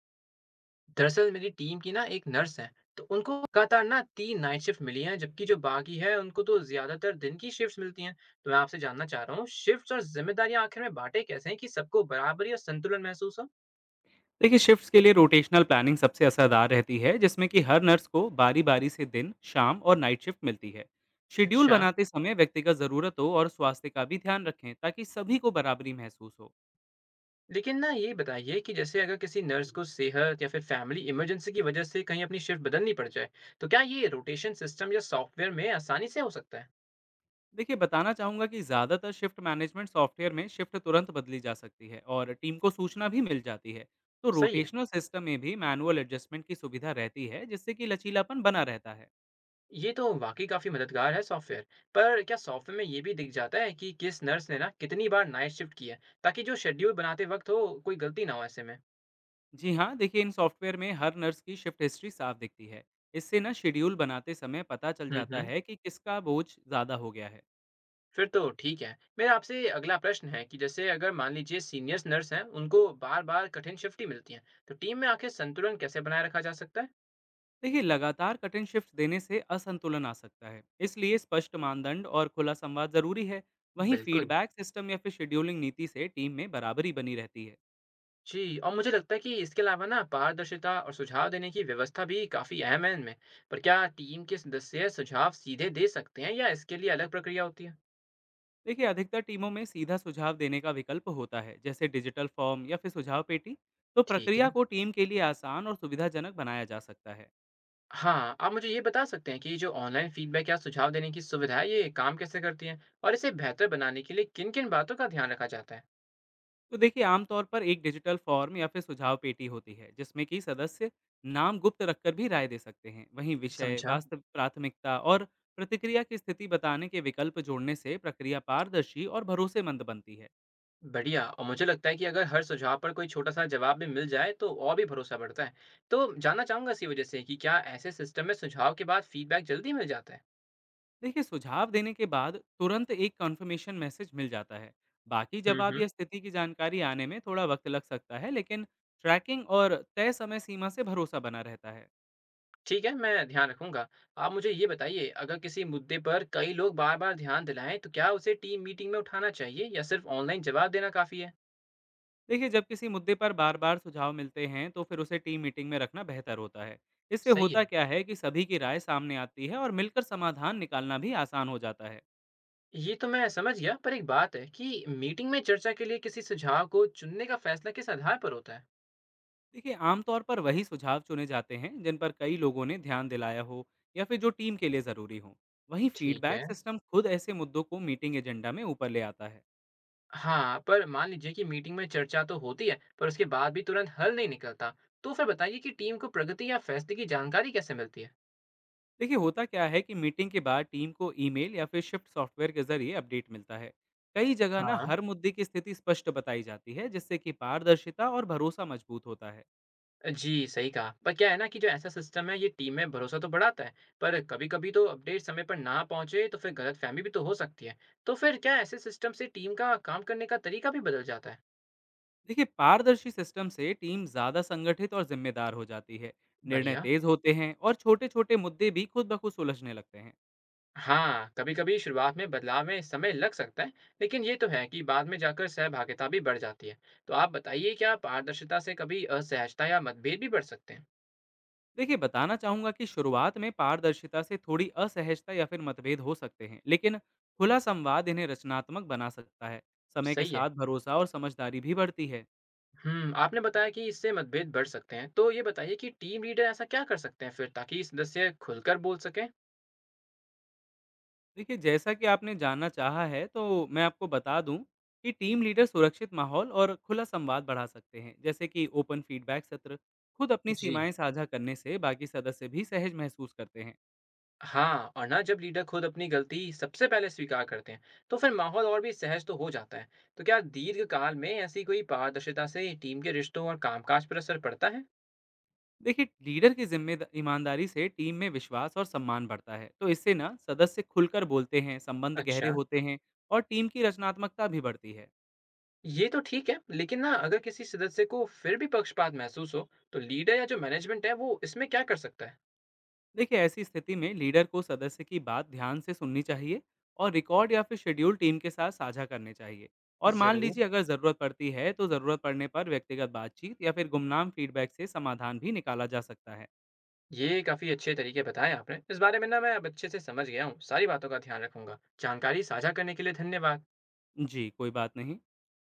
दरअसल मेरी टीम की ना एक नर्स है। तो उनको लगातार ना 3 नाइट शिफ्ट मिली हैं, जबकि जो बाकी है उनको तो ज्यादातर दिन की शिफ्ट्स मिलती हैं। तो मैं आपसे जानना चाह रहा हूँ, शिफ्ट्स और जिम्मेदारियां आखिर में बांटे कैसे हैं कि सबको बराबरी और संतुलन महसूस हो। देखिए, शिफ्ट्स के लिए रोटेशनल प्लानिंग सबसे असरदार रहती है जिसमें कि हर नर्स को बारी बारी से दिन शाम और नाइट शिफ्ट मिलती है। शेड्यूल अच्छा, बनाते समय व्यक्तिगत ज़रूरतों और स्वास्थ्य का भी ध्यान रखें ताकि सभी को बराबरी महसूस हो। लेकिन ना ये बताइए कि जैसे अगर किसी नर्स को सेहत या फिर फैमिली इमरजेंसी की वजह से कहीं अपनी शिफ्ट बदलनी पड़ जाए, तो क्या ये रोटेशन सिस्टम या सॉफ्टवेयर में आसानी से हो सकता है? देखिए, बताना चाहूँगा कि ज़्यादातर शिफ्ट मैनेजमेंट सॉफ्टवेयर में शिफ्ट तुरंत बदली जा सकती है और टीम को सूचना भी मिल जाती है। तो सही है। रोटेशनल सिस्टम में भी मैनुअल एडजस्टमेंट की सुविधा रहती है जिससे कि लचीलापन बना रहता है। ये तो वाकई काफ़ी मददगार है सॉफ्टवेयर। पर क्या सॉफ्टवेयर में ये भी दिख जाता है कि किस नर्स ने ना कितनी बार नाइट शिफ्ट की है, ताकि जो शेड्यूल बनाते वक़्त हो, कोई गलती ना हो ऐसे में? जी हाँ, देखिए, इन सॉफ्टवेयर में हर नर्स की शिफ्ट हिस्ट्री साफ दिखती है। इससे ना शेड्यूल बनाते समय पता चल हुँ, जाता हुँ। है कि किसका बोझ ज़्यादा हो गया है। फिर तो ठीक है। मेरा आपसे अगला प्रश्न है कि जैसे अगर मान लीजिए सीनियर्स नर्स हैं, उनको बार-बार कठिन शिफ्ट ही मिलती हैं, तो टीम में आखिर संतुलन कैसे बनाए रखा जा सकता है? देखिए, लगातार कठिन शिफ्ट देने से असंतुलन आ सकता है, इसलिए स्पष्ट मानदंड और खुला संवाद ज़रूरी है। वहीं बिल्कुल। फीडबैक सिस्टम या फिर शेड्यूलिंग नीति से टीम में बराबरी बनी रहती है। जी, और मुझे लगता है कि इसके अलावा ना पारदर्शिता और सुझाव देने की व्यवस्था भी काफ़ी अहम है इनमें। पर क्या टीम के सदस्य सुझाव सीधे दे सकते हैं या इसके लिए अलग प्रक्रिया होती है? देखिए, अधिकतर टीमों में सीधा सुझाव देने का विकल्प होता है, जैसे डिजिटल फॉर्म या फिर सुझाव पेटी। तो ठीक है। प्रक्रिया को टीम के लिए आसान और सुविधाजनक बनाया जा सकता है। हाँ, आप मुझे ये बता सकते हैं कि ये जो ऑनलाइन फ़ीडबैक या सुझाव देने की सुविधा है, ये काम कैसे करती है? और इसे बेहतर बनाने के लिए किन-किन बातों का ध्यान रखा जाता है? तो देखिए, आमतौर पर एक डिजिटल फॉर्म या फिर सुझाव पेटी होती है जिसमें कि सदस्य नाम गुप्त रखकर भी राय दे सकते हैं। वहीं विषय, समझा। वास्तविक प्राथमिकता और प्रतिक्रिया की स्थिति बताने के विकल्प जोड़ने से प्रक्रिया पारदर्शी और भरोसेमंद बनती है। बढ़िया, और मुझे लगता है कि अगर हर सुझाव पर कोई छोटा-सा जवाब भी मिल जाए, तो और भी भरोसा बढ़ता है। तो जानना चाहूँगा इसी वजह से कि क्या ऐसे सिस्टम में सुझाव के बाद फ़ीडबैक जल्दी मिल जाता है? देखिए, सुझाव देने के बाद तुरंत एक कंफर्मेशन मैसेज मिल जाता है। बाकी हुँ, जवाब हुँ। या स्थिति की जानकारी आने में थोड़ा वक्त लग सकता है, लेकिन ट्रैकिंग और तय समय सीमा से भरोसा बना रहता है। ठीक है, मैं ध्यान रखूँगा। आप मुझे ये बताइए, अगर किसी मुद्दे पर कई लोग बार-बार ध्यान दिलाएँ, तो क्या उसे टीम मीटिंग में उठाना चाहिए या सिर्फ़ ऑनलाइन जवाब देना काफ़ी है? देखिए, जब किसी मुद्दे पर बार बार सुझाव मिलते हैं तो फिर उसे टीम मीटिंग में रखना बेहतर होता है। इससे सही होता है। क्या है कि सभी की राय सामने आती है और मिलकर समाधान निकालना भी आसान हो जाता है। ये तो मैं समझ गया, पर एक बात है कि मीटिंग में चर्चा के लिए किसी सुझाव को चुनने का फैसला किस आधार पर होता है? देखिए, आमतौर पर वही सुझाव चुने जाते हैं जिन पर कई लोगों ने ध्यान दिलाया हो या फिर जो टीम के लिए ज़रूरी हो। वहीं ठीक है। फीडबैक सिस्टम खुद ऐसे मुद्दों को मीटिंग एजेंडा में ऊपर ले आता है। हाँ, पर मान लीजिए कि मीटिंग में चर्चा तो होती है, पर उसके बाद भी तुरंत हल नहीं निकलता। तो फिर बताइए कि टीम को प्रगति या फैसले की जानकारी कैसे मिलती है? देखिए, होता क्या है कि मीटिंग के बाद टीम को ईमेल या फिर शिफ्ट सॉफ्टवेयर के जरिए अपडेट मिलता है। कई जगह ना हाँ। हर मुद्दे की स्थिति स्पष्ट बताई जाती है जिससे कि पारदर्शिता और भरोसा मजबूत होता है। जी, सही कहा। पर क्या है ना कि जो ऐसा सिस्टम है, ये टीम में भरोसा तो बढ़ाता है, पर कभी-कभी तो अपडेट समय पर ना पहुंचे, तो फिर गलतफहमी भी तो हो सकती है। तो फिर क्या ऐसे सिस्टम से टीम का काम करने का तरीका भी बदल जाता है? देखिए, पारदर्शी सिस्टम से टीम ज़्यादा संगठित और जिम्मेदार हो जाती है। निर्णय बढ़िया। तेज होते हैं और छोटे छोटे मुद्दे भी खुद ब खुद सुलझने लगते हैं। हाँ, कभी-कभी शुरुआत में बदलाव में समय लग सकता है, लेकिन ये तो है कि बाद में जाकर सहभागिता भी बढ़ जाती है। तो आप बताइए, क्या पारदर्शिता से कभी असहजता या मतभेद भी बढ़ सकते हैं? देखिए, बताना चाहूंगा कि शुरुआत में पारदर्शिता से थोड़ी असहजता या फिर मतभेद हो सकते हैं, लेकिन खुला संवाद इन्हें रचनात्मक बना सकता है। समय के सही है। साथ भरोसा और समझदारी भी बढ़ती है। हम्म, आपने बताया कि इससे मतभेद बढ़ सकते हैं, तो ये बताइए कि टीम लीडर ऐसा क्या कर सकते हैं फिर ताकि सदस्य खुलकर बोल सकें? देखिए, जैसा कि आपने जानना चाहा है तो मैं आपको बता दूं कि टीम लीडर सुरक्षित माहौल और खुला संवाद बढ़ा सकते हैं, जैसे कि ओपन फीडबैक सत्र। खुद अपनी जी। सीमाएं साझा करने से बाकी सदस्य भी सहज महसूस करते हैं। हाँ, और ना जब लीडर खुद अपनी गलती सबसे पहले स्वीकार करते हैं, तो फिर माहौल और भी सहज तो हो जाता है। तो क्या दीर्घ काल में ऐसी कोई पारदर्शिता से टीम के रिश्तों और कामकाज पर असर पड़ता है? देखिए, लीडर की जिम्मेदार ईमानदारी से टीम में विश्वास और सम्मान बढ़ता है। तो इससे ना सदस्य खुलकर बोलते हैं, संबंध गहरे अच्छा। होते हैं और टीम की रचनात्मकता भी बढ़ती है। ये तो ठीक है, लेकिन ना अगर किसी सदस्य को फिर भी पक्षपात महसूस हो, तो लीडर या जो मैनेजमेंट है वो इसमें क्या कर सकता है? देखिए, ऐसी स्थिति में लीडर को सदस्य की बात ध्यान से सुननी चाहिए और रिकॉर्ड या फिर शेड्यूल टीम के साथ साझा करने चाहिए। और मान ज़रूर। लीजिए, अगर ज़रूरत पड़ती है तो ज़रूरत पड़ने पर व्यक्तिगत बातचीत या फिर गुमनाम फीडबैक से समाधान भी निकाला जा सकता है। ये काफ़ी अच्छे तरीके बताए आपने। इस बारे में ना मैं अब अच्छे से समझ गया हूँ। सारी बातों का ध्यान रखूंगा। जानकारी साझा करने के लिए धन्यवाद। जी, कोई बात नहीं।